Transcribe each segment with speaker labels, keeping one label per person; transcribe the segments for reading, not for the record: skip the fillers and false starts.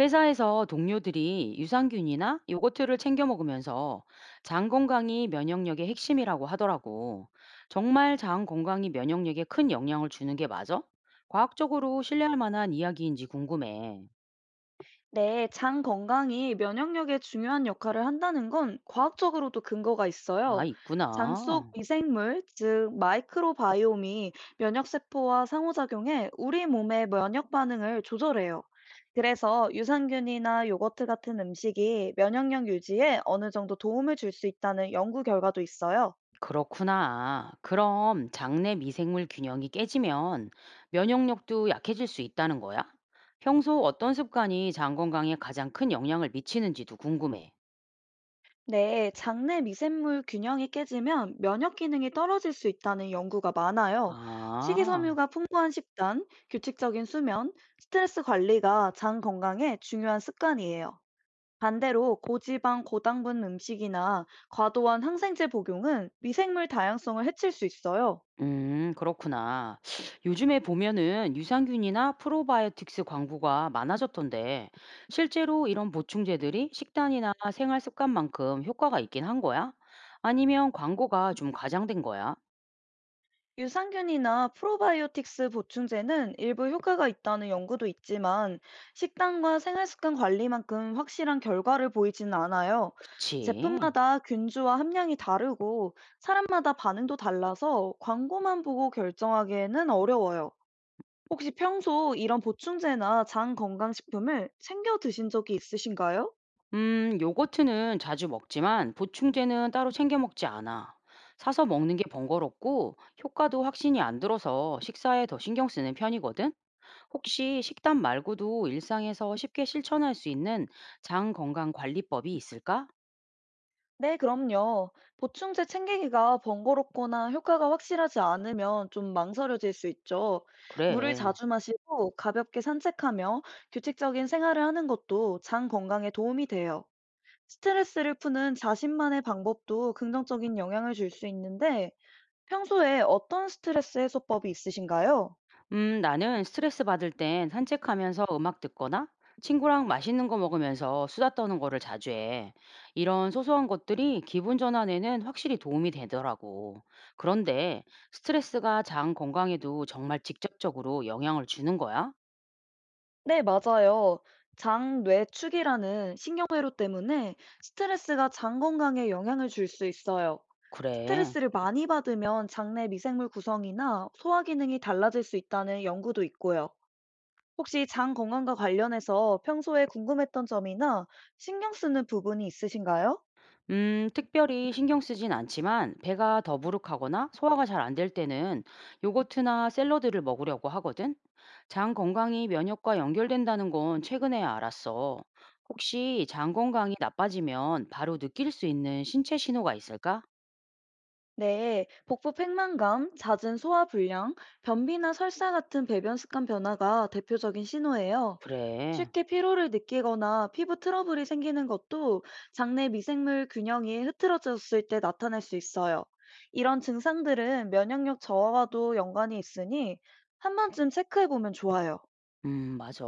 Speaker 1: 회사에서 동료들이 유산균이나 요거트를 챙겨 먹으면서 장 건강이 면역력의 핵심이라고 하더라고. 정말 장 건강이 면역력에 큰 영향을 주는 게 맞아? 과학적으로 신뢰할 만한 이야기인지 궁금해.
Speaker 2: 네, 장 건강이 면역력에 중요한 역할을 한다는 건 과학적으로도 근거가
Speaker 1: 아,
Speaker 2: 있어요. 장 속
Speaker 1: 있구나.
Speaker 2: 미생물, 즉 마이크로바이옴이 면역세포와 상호작용해 우리 몸의 면역 반응을 조절해요. 그래서 유산균이나 요거트 같은 음식이 면역력 유지에 어느 정도 도움을 줄 수 있다는 연구 결과도 있어요.
Speaker 1: 그렇구나. 그럼 장내 미생물 균형이 깨지면 면역력도 약해질 수 있다는 거야? 평소 어떤 습관이 장 건강에 가장 큰 영향을 미치는지도 궁금해.
Speaker 2: 네, 장내 미생물 균형이 깨지면 면역 기능이 떨어질 수 있다는 연구가 많아요.
Speaker 1: 아.
Speaker 2: 식이섬유가 풍부한 식단, 규칙적인 수면, 스트레스 관리가 장 건강에 중요한 습관이에요. 반대로 고지방, 고당분 음식이나 과도한 항생제 복용은 미생물 다양성을 해칠 수 있어요.
Speaker 1: 그렇구나. 요즘에 보면은 유산균이나 프로바이오틱스 광고가 많아졌던데, 실제로 이런 보충제들이 식단이나 생활 습관만큼 효과가 있긴 한 거야? 아니면 광고가 좀 과장된 거야?
Speaker 2: 유산균이나 프로바이오틱스 보충제는 일부 효과가 있다는 연구도 있지만 식단과 생활습관 관리만큼 확실한 결과를 보이지는 않아요.
Speaker 1: 그치.
Speaker 2: 제품마다 균주와 함량이 다르고 사람마다 반응도 달라서 광고만 보고 결정하기에는 어려워요. 혹시 평소 이런 보충제나 장 건강식품을 챙겨 드신 적이 있으신가요?
Speaker 1: 요거트는 자주 먹지만 보충제는 따로 챙겨 먹지 않아. 사서 먹는 게 번거롭고 효과도 확신이 안 들어서 식사에 더 신경 쓰는 편이거든? 혹시 식단 말고도 일상에서 쉽게 실천할 수 있는 장 건강 관리법이 있을까?
Speaker 2: 네, 그럼요. 보충제 챙기기가 번거롭거나 효과가 확실하지 않으면 좀 망설여질 수 있죠. 물을
Speaker 1: 그래.
Speaker 2: 자주 마시고 가볍게 산책하며 규칙적인 생활을 하는 것도 장 건강에 도움이 돼요. 스트레스를 푸는 자신만의 방법도 긍정적인 영향을 줄 수 있는데 평소에 어떤 스트레스 해소법이 있으신가요?
Speaker 1: 나는 스트레스 받을 땐 산책하면서 음악 듣거나 친구랑 맛있는 거 먹으면서 수다 떠는 거를 자주 해. 이런 소소한 것들이 기분 전환에는 확실히 도움이 되더라고. 그런데 스트레스가 장 건강에도 정말 직접적으로 영향을 주는 거야?
Speaker 2: 네, 맞아요. 장뇌축이라는 신경회로 때문에 스트레스가 장 건강에 영향을 줄 수 있어요.
Speaker 1: 그래.
Speaker 2: 스트레스를 많이 받으면 장내 미생물 구성이나 소화 기능이 달라질 수 있다는 연구도 있고요. 혹시 장 건강과 관련해서 평소에 궁금했던 점이나 신경 쓰는 부분이 있으신가요?
Speaker 1: 특별히 신경 쓰진 않지만 배가 더부룩하거나 소화가 잘 안될 때는 요거트나 샐러드를 먹으려고 하거든. 장 건강이 면역과 연결된다는 건 최근에야 알았어. 혹시 장 건강이 나빠지면 바로 느낄 수 있는 신체 신호가 있을까?
Speaker 2: 네, 복부 팽만감, 잦은 소화 불량, 변비나 설사 같은 배변 습관 변화가 대표적인 신호예요.
Speaker 1: 그래.
Speaker 2: 쉽게 피로를 느끼거나 피부 트러블이 생기는 것도 장내 미생물 균형이 흐트러졌을 때 나타날 수 있어요. 이런 증상들은 면역력 저하와도 연관이 있으니 한 번쯤 체크해 보면 좋아요.
Speaker 1: 맞아.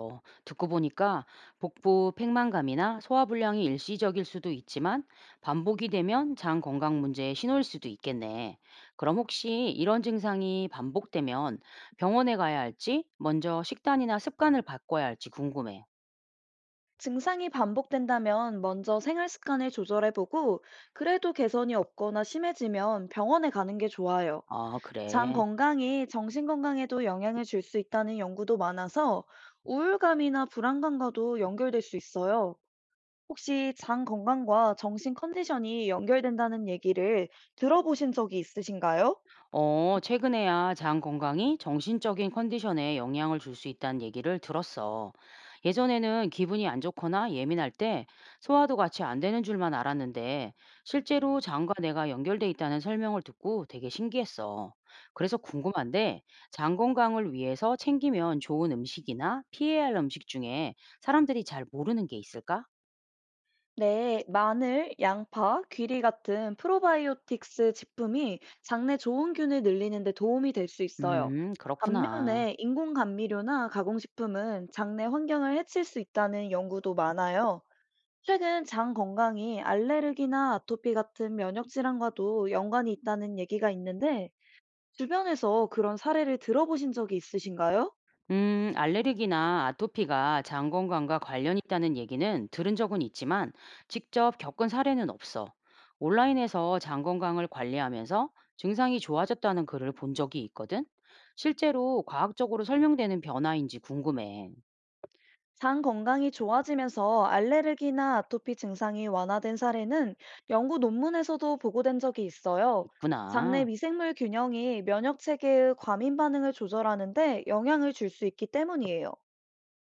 Speaker 1: 듣고 보니까 복부 팽만감이나 소화불량이 일시적일 수도 있지만 반복이 되면 장 건강 문제의 신호일 수도 있겠네. 그럼 혹시 이런 증상이 반복되면 병원에 가야 할지, 먼저 식단이나 습관을 바꿔야 할지 궁금해.
Speaker 2: 증상이 반복된다면 먼저 생활 습관을 조절해 보고 그래도 개선이 없거나 심해지면 병원에 가는 게 좋아요.
Speaker 1: 아,
Speaker 2: 장
Speaker 1: 그래.
Speaker 2: 건강이 정신 건강에도 영향을 줄 수 있다는 연구도 많아서 우울감이나 불안감과도 연결될 수 있어요. 혹시 장 건강과 정신 컨디션이 연결된다는 얘기를 들어보신 적이 있으신가요?
Speaker 1: 어, 최근에야 장 건강이 정신적인 컨디션에 영향을 줄 수 있다는 얘기를 들었어. 예전에는 기분이 안 좋거나 예민할 때 소화도 같이 안 되는 줄만 알았는데 실제로 장과 뇌가 연결돼 있다는 설명을 듣고 되게 신기했어. 그래서 궁금한데 장 건강을 위해서 챙기면 좋은 음식이나 피해야 할 음식 중에 사람들이 잘 모르는 게 있을까?
Speaker 2: 네, 마늘, 양파, 귀리 같은 프로바이오틱스 제품이 장내 좋은 균을 늘리는 데 도움이 될 수 있어요.
Speaker 1: 그렇구나.
Speaker 2: 반면에 인공 감미료나 가공식품은 장내 환경을 해칠 수 있다는 연구도 많아요. 최근 장 건강이 알레르기나 아토피 같은 면역 질환과도 연관이 있다는 얘기가 있는데, 주변에서 그런 사례를 들어보신 적이 있으신가요?
Speaker 1: 알레르기나 아토피가 장 건강과 관련 있다는 얘기는 들은 적은 있지만 직접 겪은 사례는 없어. 온라인에서 장 건강을 관리하면서 증상이 좋아졌다는 글을 본 적이 있거든. 실제로 과학적으로 설명되는 변화인지 궁금해.
Speaker 2: 장 건강이 좋아지면서 알레르기나 아토피 증상이 완화된 사례는 연구 논문에서도 보고된 적이 있어요. 장내
Speaker 1: 있구나.
Speaker 2: 미생물 균형이 면역 체계의 과민 반응을 조절하는데 영향을 줄 수 있기 때문이에요.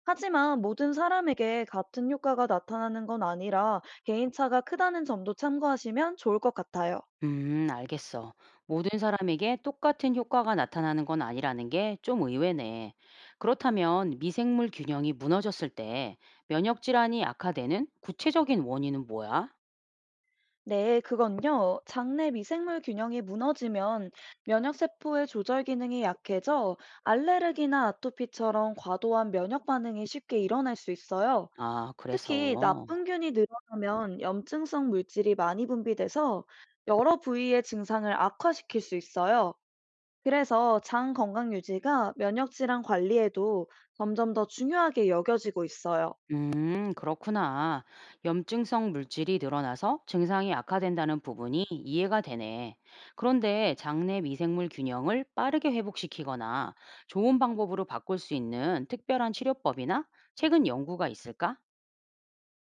Speaker 2: 하지만 모든 사람에게 같은 효과가 나타나는 건 아니라 개인차가 크다는 점도 참고하시면 좋을 것 같아요.
Speaker 1: 알겠어. 모든 사람에게 똑같은 효과가 나타나는 건 아니라는 게 좀 의외네. 그렇다면 미생물 균형이 무너졌을 때 면역 질환이 악화되는 구체적인 원인은 뭐야?
Speaker 2: 네, 그건요. 장내 미생물 균형이 무너지면 면역세포의 조절 기능이 약해져 알레르기나 아토피처럼 과도한 면역 반응이 쉽게 일어날 수 있어요.
Speaker 1: 아, 그래서.
Speaker 2: 특히 나쁜 균이 늘어나면 염증성 물질이 많이 분비돼서 여러 부위의 증상을 악화시킬 수 있어요. 그래서 장 건강 유지가 면역 질환 관리에도 점점 더 중요하게 여겨지고 있어요.
Speaker 1: 그렇구나. 염증성 물질이 늘어나서 증상이 악화된다는 부분이 이해가 되네. 그런데 장내 미생물 균형을 빠르게 회복시키거나 좋은 방법으로 바꿀 수 있는 특별한 치료법이나 최근 연구가 있을까?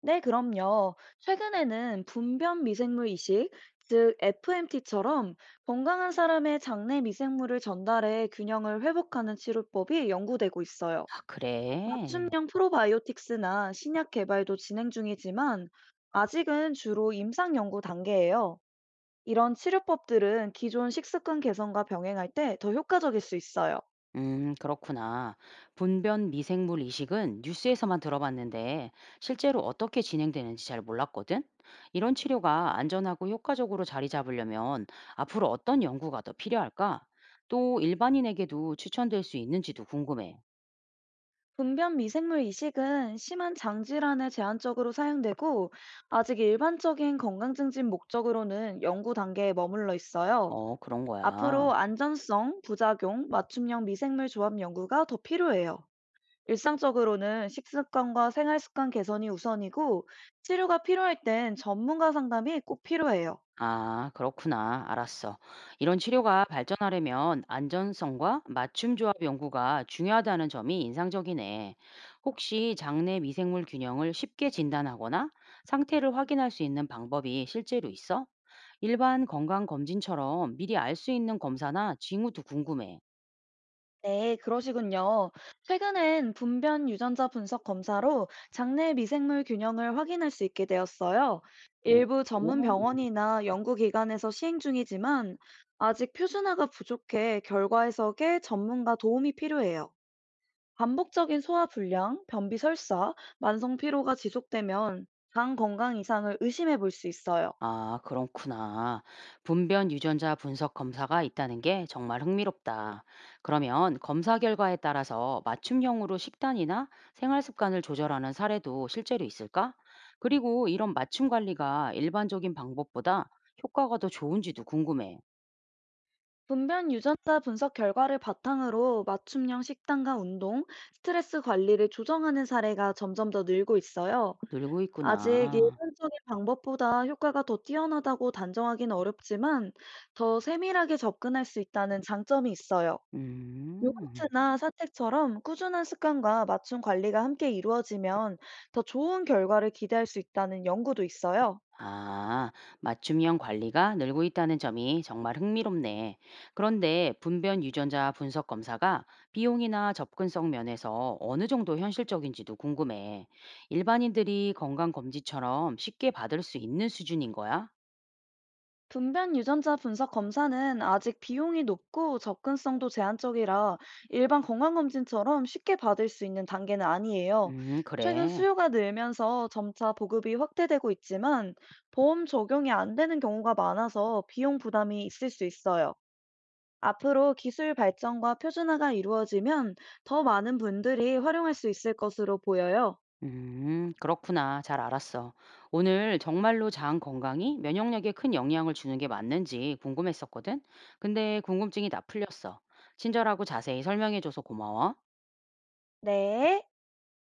Speaker 2: 네, 그럼요. 최근에는 분변 미생물 이식, 즉 FMT처럼 건강한 사람의 장내 미생물을 전달해 균형을 회복하는 치료법이 연구되고 있어요.
Speaker 1: 아, 그래.
Speaker 2: 맞춤형 프로바이오틱스나 신약 개발도 진행 중이지만 아직은 주로 임상 연구 단계예요. 이런 치료법들은 기존 식습관 개선과 병행할 때 더 효과적일 수 있어요.
Speaker 1: 그렇구나. 분변 미생물 이식은 뉴스에서만 들어봤는데 실제로 어떻게 진행되는지 잘 몰랐거든? 이런 치료가 안전하고 효과적으로 자리 잡으려면 앞으로 어떤 연구가 더 필요할까? 또 일반인에게도 추천될 수 있는지도 궁금해.
Speaker 2: 분변 미생물 이식은 심한 장질환에 제한적으로 사용되고 아직 일반적인 건강 증진 목적으로는 연구 단계에 머물러 있어요.
Speaker 1: 어, 그런
Speaker 2: 앞으로
Speaker 1: 거야.
Speaker 2: 안전성, 부작용, 맞춤형 미생물 조합 연구가 더 필요해요. 일상적으로는 식습관과 생활 습관 개선이 우선이고 치료가 필요할 땐 전문가 상담이 꼭 필요해요.
Speaker 1: 아, 그렇구나. 알았어. 이런 치료가 발전하려면 안전성과 맞춤 조합 연구가 중요하다는 점이 인상적이네. 혹시 장내 미생물 균형을 쉽게 진단하거나 상태를 확인할 수 있는 방법이 실제로 있어? 일반 건강 검진처럼 미리 알 수 있는 검사나 징후도 궁금해.
Speaker 2: 네, 그러시군요. 최근엔 분변 유전자 분석 검사로 장내 미생물 균형을 확인할 수 있게 되었어요.
Speaker 1: 어, 어,
Speaker 2: 일부 전문
Speaker 1: 음. 음.
Speaker 2: 병원이나 연구기관에서 시행 중이지만 아직 표준화가 부족해 결과 해석에 전문가 도움이 필요해요. 반복적인 소화 불량, 변비 설사, 만성 피로가 지속되면 장 건강 이상을 의심해 볼 수 있어요.
Speaker 1: 아, 그렇구나. 분변 유전자 분석 검사가 있다는 게 정말 흥미롭다. 그러면 검사 결과에 따라서 맞춤형으로 식단이나 생활 습관을 조절하는 사례도 실제로 있을까? 그리고 이런 맞춤 관리가 일반적인 방법보다 효과가 더 좋은지도 궁금해.
Speaker 2: 분변 유전자 분석 결과를 바탕으로 맞춤형 식단과 운동, 스트레스 관리를 조정하는 사례가 점점 더 늘고 있어요.
Speaker 1: 늘고
Speaker 2: 아직
Speaker 1: 있구나.
Speaker 2: 일반적인 방법보다 효과가 더 뛰어나다고 단정하기는 어렵지만 더 세밀하게 접근할 수 있다는 장점이 있어요.
Speaker 1: 음.
Speaker 2: 요거트나 사택처럼 꾸준한 습관과 맞춤 관리가 함께 이루어지면 더 좋은 결과를 기대할 수 있다는 연구도 있어요.
Speaker 1: 아, 맞춤형 관리가 늘고 있다는 점이 정말 흥미롭네. 그런데 분변 유전자 분석 검사가 비용이나 접근성 면에서 어느 정도 현실적인지도 궁금해. 일반인들이 건강검진처럼 쉽게 받을 수 있는 수준인 거야?
Speaker 2: 분변 유전자 분석 검사는 아직 비용이 높고 접근성도 제한적이라 일반 건강검진처럼 쉽게 받을 수 있는 단계는 아니에요. 최근
Speaker 1: 그래.
Speaker 2: 수요가 늘면서 점차 보급이 확대되고 있지만 보험 적용이 안 되는 경우가 많아서 비용 부담이 있을 수 있어요. 앞으로 기술 발전과 표준화가 이루어지면 더 많은 분들이 활용할 수 있을 것으로 보여요.
Speaker 1: 그렇구나. 잘 알았어. 오늘 정말로 장 건강이 면역력에 큰 영향을 주는 게 맞는지 궁금했었거든? 근데 궁금증이 다 풀렸어. 친절하고 자세히 설명해줘서 고마워.
Speaker 2: 네.